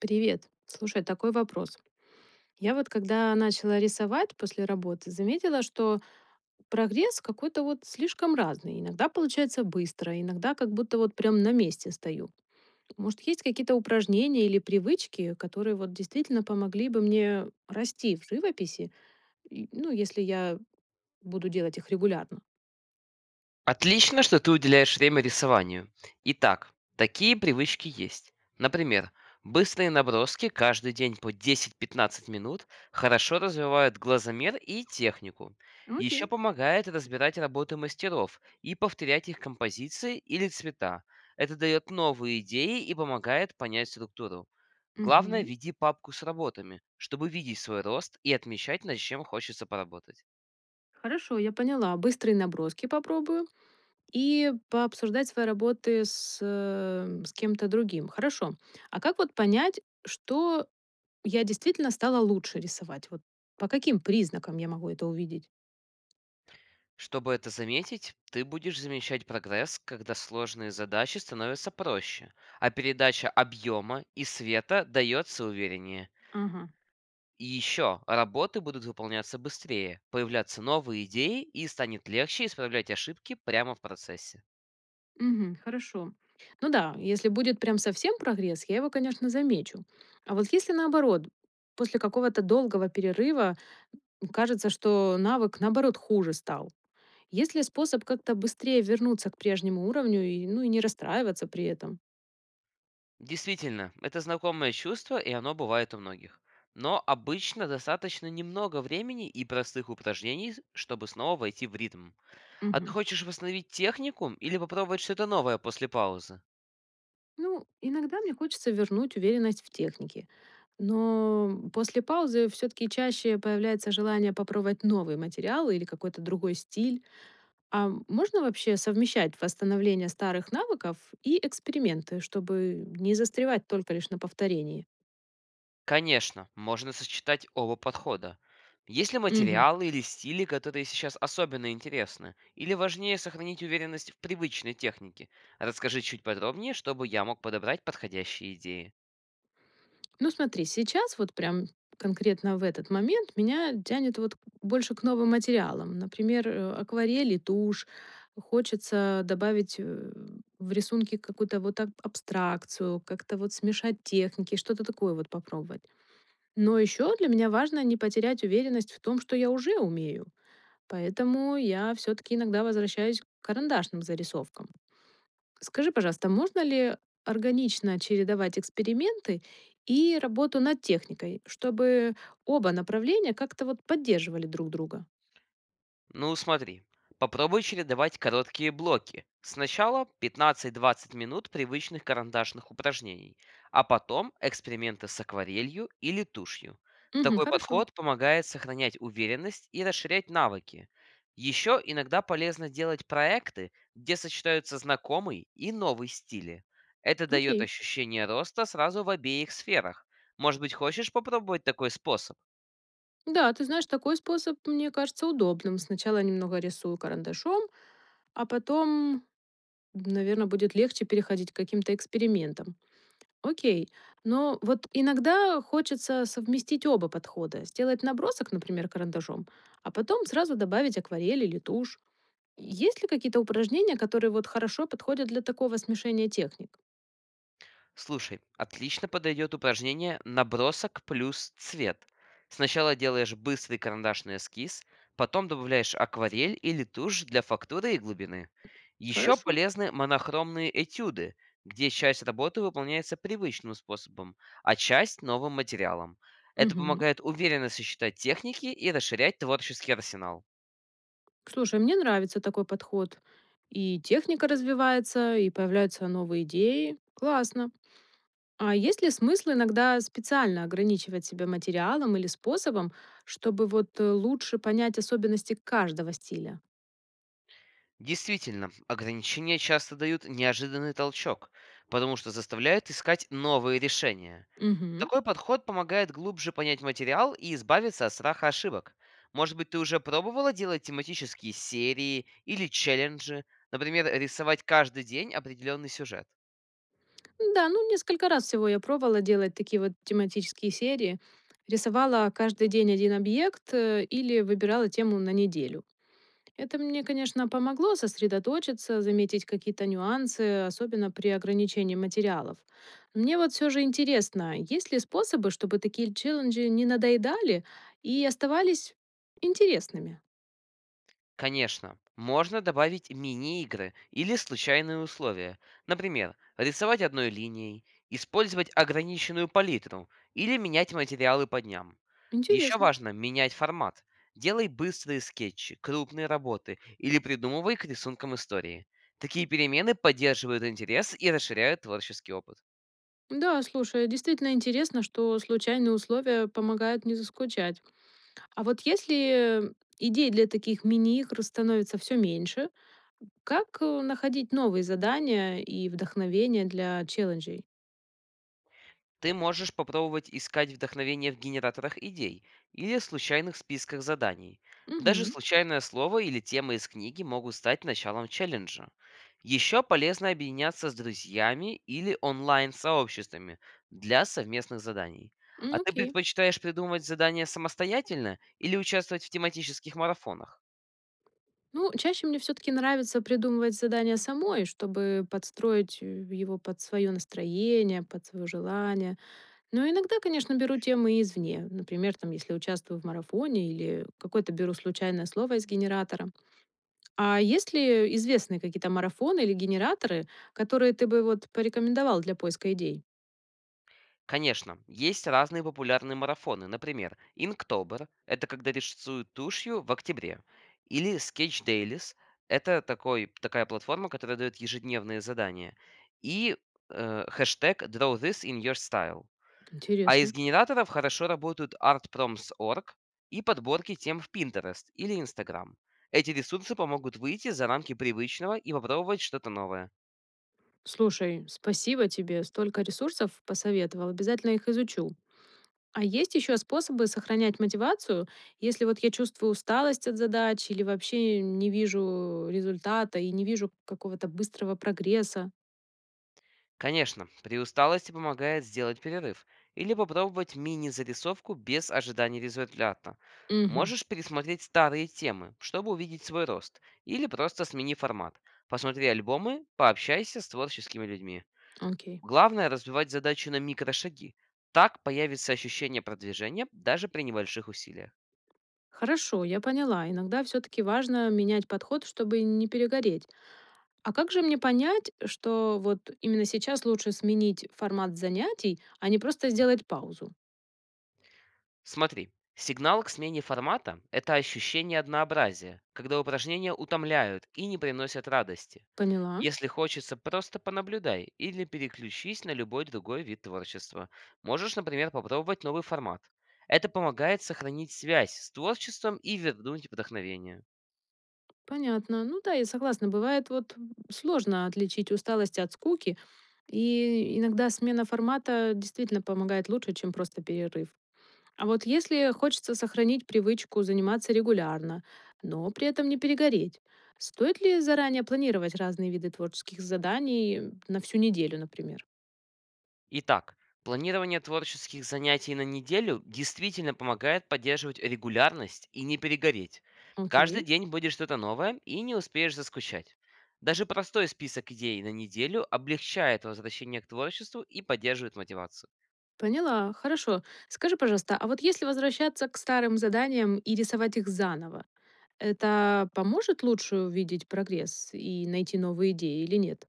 Привет. Слушай, такой вопрос. Я вот когда начала рисовать после работы, заметила, что прогресс какой-то вот слишком разный. Иногда получается быстро, иногда как будто вот прям на месте стою. Может, есть какие-то упражнения или привычки, которые вот действительно помогли бы мне расти в живописи, и, ну, если я буду делать их регулярно? Отлично, что ты уделяешь время рисованию. Итак, такие привычки есть. Например, быстрые наброски каждый день по 10-15 минут хорошо развивают глазомер и технику. Окей. Еще помогает разбирать работы мастеров и повторять их композиции или цвета. Это дает новые идеи и помогает понять структуру. Главное, Мгм. веди папку с работами, чтобы видеть свой рост и отмечать, над чем хочется поработать. Хорошо, я поняла. Быстрые наброски попробую. И пообсуждать свои работы с, с кем-то другим. Хорошо. А как вот понять, что я действительно стала лучше рисовать? Вот по каким признакам я могу это увидеть? Чтобы это заметить, ты будешь замечать прогресс, когда сложные задачи становятся проще, а передача объема и света дается увереннее. Ага. И еще работы будут выполняться быстрее, появляться новые идеи и станет легче исправлять ошибки прямо в процессе. Мгм. Хорошо. Ну да, если будет прям совсем прогресс, я его, конечно, замечу. А вот если наоборот, после какого-то долгого перерыва кажется, что навык, наоборот, хуже стал, есть ли способ как-то быстрее вернуться к прежнему уровню и, ну, и не расстраиваться при этом? Действительно, это знакомое чувство, и оно бывает у многих. Но обычно достаточно немного времени и простых упражнений, чтобы снова войти в ритм. А ты Мгм. хочешь восстановить технику или попробовать что-то новое после паузы? Ну, иногда мне хочется вернуть уверенность в технике, но после паузы все-таки чаще появляется желание попробовать новый материал или какой-то другой стиль. А можно вообще совмещать восстановление старых навыков и эксперименты, чтобы не застревать только лишь на повторении? Конечно, можно сочетать оба подхода. Есть ли материалы или стили, которые сейчас особенно интересны? Или важнее сохранить уверенность в привычной технике? Расскажи чуть подробнее, чтобы я мог подобрать подходящие идеи. Ну смотри, сейчас вот прям конкретно в этот момент меня тянет больше к новым материалам. Например, акварель и тушь. Хочется добавить в рисунки какую-то вот абстракцию, как-то вот смешать техники, что-то такое вот попробовать. Но еще для меня важно не потерять уверенность в том, что я уже умею. Поэтому я все-таки иногда возвращаюсь к карандашным зарисовкам. Скажи, пожалуйста, можно ли органично чередовать эксперименты и работу над техникой, чтобы оба направления как-то вот поддерживали друг друга? Ну, смотри. Попробуй чередовать короткие блоки. Сначала 15-20 минут привычных карандашных упражнений, а потом эксперименты с акварелью или тушью. Мгм, Такой хорошо. подход помогает сохранять уверенность и расширять навыки. Еще иногда полезно делать проекты, где сочетаются знакомый и новый стили. Это дает Окей. ощущение роста сразу в обеих сферах. Может быть, хочешь попробовать такой способ? Да, ты знаешь, такой способ мне кажется удобным. Сначала немного рисую карандашом, а потом, наверное, будет легче переходить к каким-то экспериментам. Окей. Но вот иногда хочется совместить оба подхода. Сделать набросок, например, карандашом, а потом сразу добавить акварель или тушь. Есть ли какие-то упражнения, которые вот хорошо подходят для такого смешения техник? Слушай, отлично подойдет упражнение «Набросок плюс цвет». Сначала делаешь быстрый карандашный эскиз, потом добавляешь акварель или тушь для фактуры и глубины. Еще Хорошо. полезны монохромные этюды, где часть работы выполняется привычным способом, а часть– новым материалом. Это Мгм. помогает уверенно сочетать техники и расширять творческий арсенал. Слушай, мне нравится такой подход. И техника развивается, и появляются новые идеи. Классно. А есть ли смысл иногда специально ограничивать себя материалом или способом, чтобы лучше понять особенности каждого стиля? Действительно, ограничения часто дают неожиданный толчок, потому что заставляют искать новые решения. Мгм. Такой подход помогает глубже понять материал и избавиться от страха ошибок. Может быть, ты уже пробовала делать тематические серии или челленджи, например, рисовать каждый день определенный сюжет. Да, ну несколько раз всего я пробовала делать такие вот тематические серии. Рисовала каждый день один объект или выбирала тему на неделю. Это мне, конечно, помогло сосредоточиться, заметить какие-то нюансы, особенно при ограничении материалов. Мне вот все же интересно, есть ли способы, чтобы такие челленджи не надоедали и оставались интересными? Конечно, можно добавить мини-игры или случайные условия. Например, рисовать одной линией, использовать ограниченную палитру или менять материалы по дням. Еще Интересно. важно менять формат. Делай быстрые скетчи, крупные работы или придумывай к рисункам истории. Такие перемены поддерживают интерес и расширяют творческий опыт. Да, слушай, действительно интересно, что случайные условия помогают не заскучать. А вот если идей для таких мини-игр становится все меньше, как находить новые задания и вдохновение для челленджей? Ты можешь попробовать искать вдохновение в генераторах идей или случайных списках заданий. Даже Мгм. случайное слово или тема из книги могут стать началом челленджа. Еще полезно объединяться с друзьями или онлайн-сообществами для совместных заданий. А М, ты окей. предпочитаешь придумывать задания самостоятельно или участвовать в тематических марафонах? Ну, чаще мне все-таки нравится придумывать задание самой, чтобы подстроить его под свое настроение, под свое желание. Но иногда, конечно, беру темы извне. Например, там, если участвую в марафоне или какое-то беру случайное слово из генератора. А есть ли известные какие-то марафоны или генераторы, которые ты бы вот порекомендовал для поиска идей? Конечно, есть разные популярные марафоны. Например, Inktober– это когда рисуют тушью в октябре. Или Sketch Dailies– это такая платформа, которая дает ежедневные задания. И хэштег Draw This in Your Style. А из Интересно. генераторов хорошо работают ArtProms.org и подборки тем в Pinterest или Instagram. Эти ресурсы помогут выйти за рамки привычного и попробовать что-то новое. Слушай, спасибо тебе, столько ресурсов посоветовал, обязательно их изучу. А есть еще способы сохранять мотивацию, если вот я чувствую усталость от задач или вообще не вижу результата и не вижу какого-то быстрого прогресса? Конечно, при усталости помогает сделать перерыв или попробовать мини-зарисовку без ожидания результата. Угу, Можешь пересмотреть старые темы, чтобы увидеть свой рост, или просто смени формат. Посмотри альбомы, пообщайся с творческими людьми. окей. Главное разбивать задачу на микрошаги. Так появится ощущение продвижения даже при небольших усилиях. Хорошо, я поняла. Иногда все-таки важно менять подход, чтобы не перегореть. А как же мне понять, что вот именно сейчас лучше сменить формат занятий, а не просто сделать паузу? Смотри, сигнал к смене формата– это ощущение однообразия, когда упражнения утомляют и не приносят радости. Поняла. Если хочется, просто понаблюдай или переключись на любой другой вид творчества. Можешь, например, попробовать новый формат. Это помогает сохранить связь с творчеством и вернуть вдохновение. Понятно. Ну да, я согласна. Бывает вот сложно отличить усталость от скуки, и иногда смена формата действительно помогает лучше, чем просто перерыв. А вот если хочется сохранить привычку заниматься регулярно, но при этом не перегореть, стоит ли заранее планировать разные виды творческих заданий на всю неделю, например? Итак, планирование творческих занятий на неделю действительно помогает поддерживать регулярность и не перегореть. Каждый Окей. день будет что-то новое и не успеешь заскучать. Даже простой список идей на неделю облегчает возвращение к творчеству и поддерживает мотивацию. Поняла, хорошо. Скажи, пожалуйста, а вот если возвращаться к старым заданиям и рисовать их заново, это поможет лучше увидеть прогресс и найти новые идеи или нет?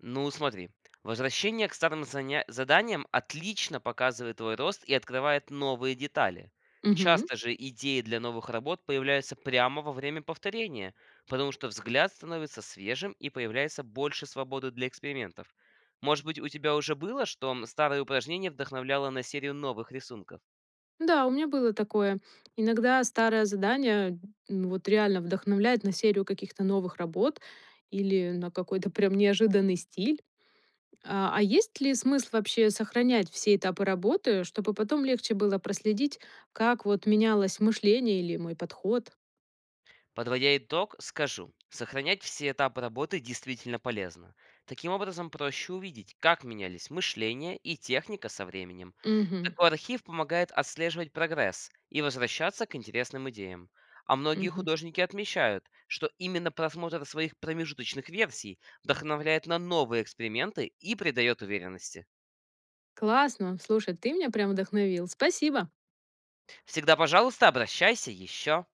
Ну, смотри, возвращение к старым заданиям отлично показывает твой рост и открывает новые детали. Мгм. Часто же идеи для новых работ появляются прямо во время повторения, потому что взгляд становится свежим и появляется больше свободы для экспериментов. Может быть, у тебя уже было, что старое упражнение вдохновляло на серию новых рисунков? Да, у меня было такое. Иногда старое задание вот реально вдохновляет на серию каких-то новых работ или на какой-то прям неожиданный стиль. А есть ли смысл вообще сохранять все этапы работы, чтобы потом легче было проследить, как вот менялось мышление или мой подход? Подводя итог, скажу, сохранять все этапы работы действительно полезно. Таким образом, проще увидеть, как менялись мышление и техника со временем. Мгм. Такой архив помогает отслеживать прогресс и возвращаться к интересным идеям. А многие Мгм. художники отмечают, что именно просмотр своих промежуточных версий вдохновляет на новые эксперименты и придает уверенности. Классно. Слушай, ты меня прям вдохновил. Спасибо. Всегда, пожалуйста, обращайся еще.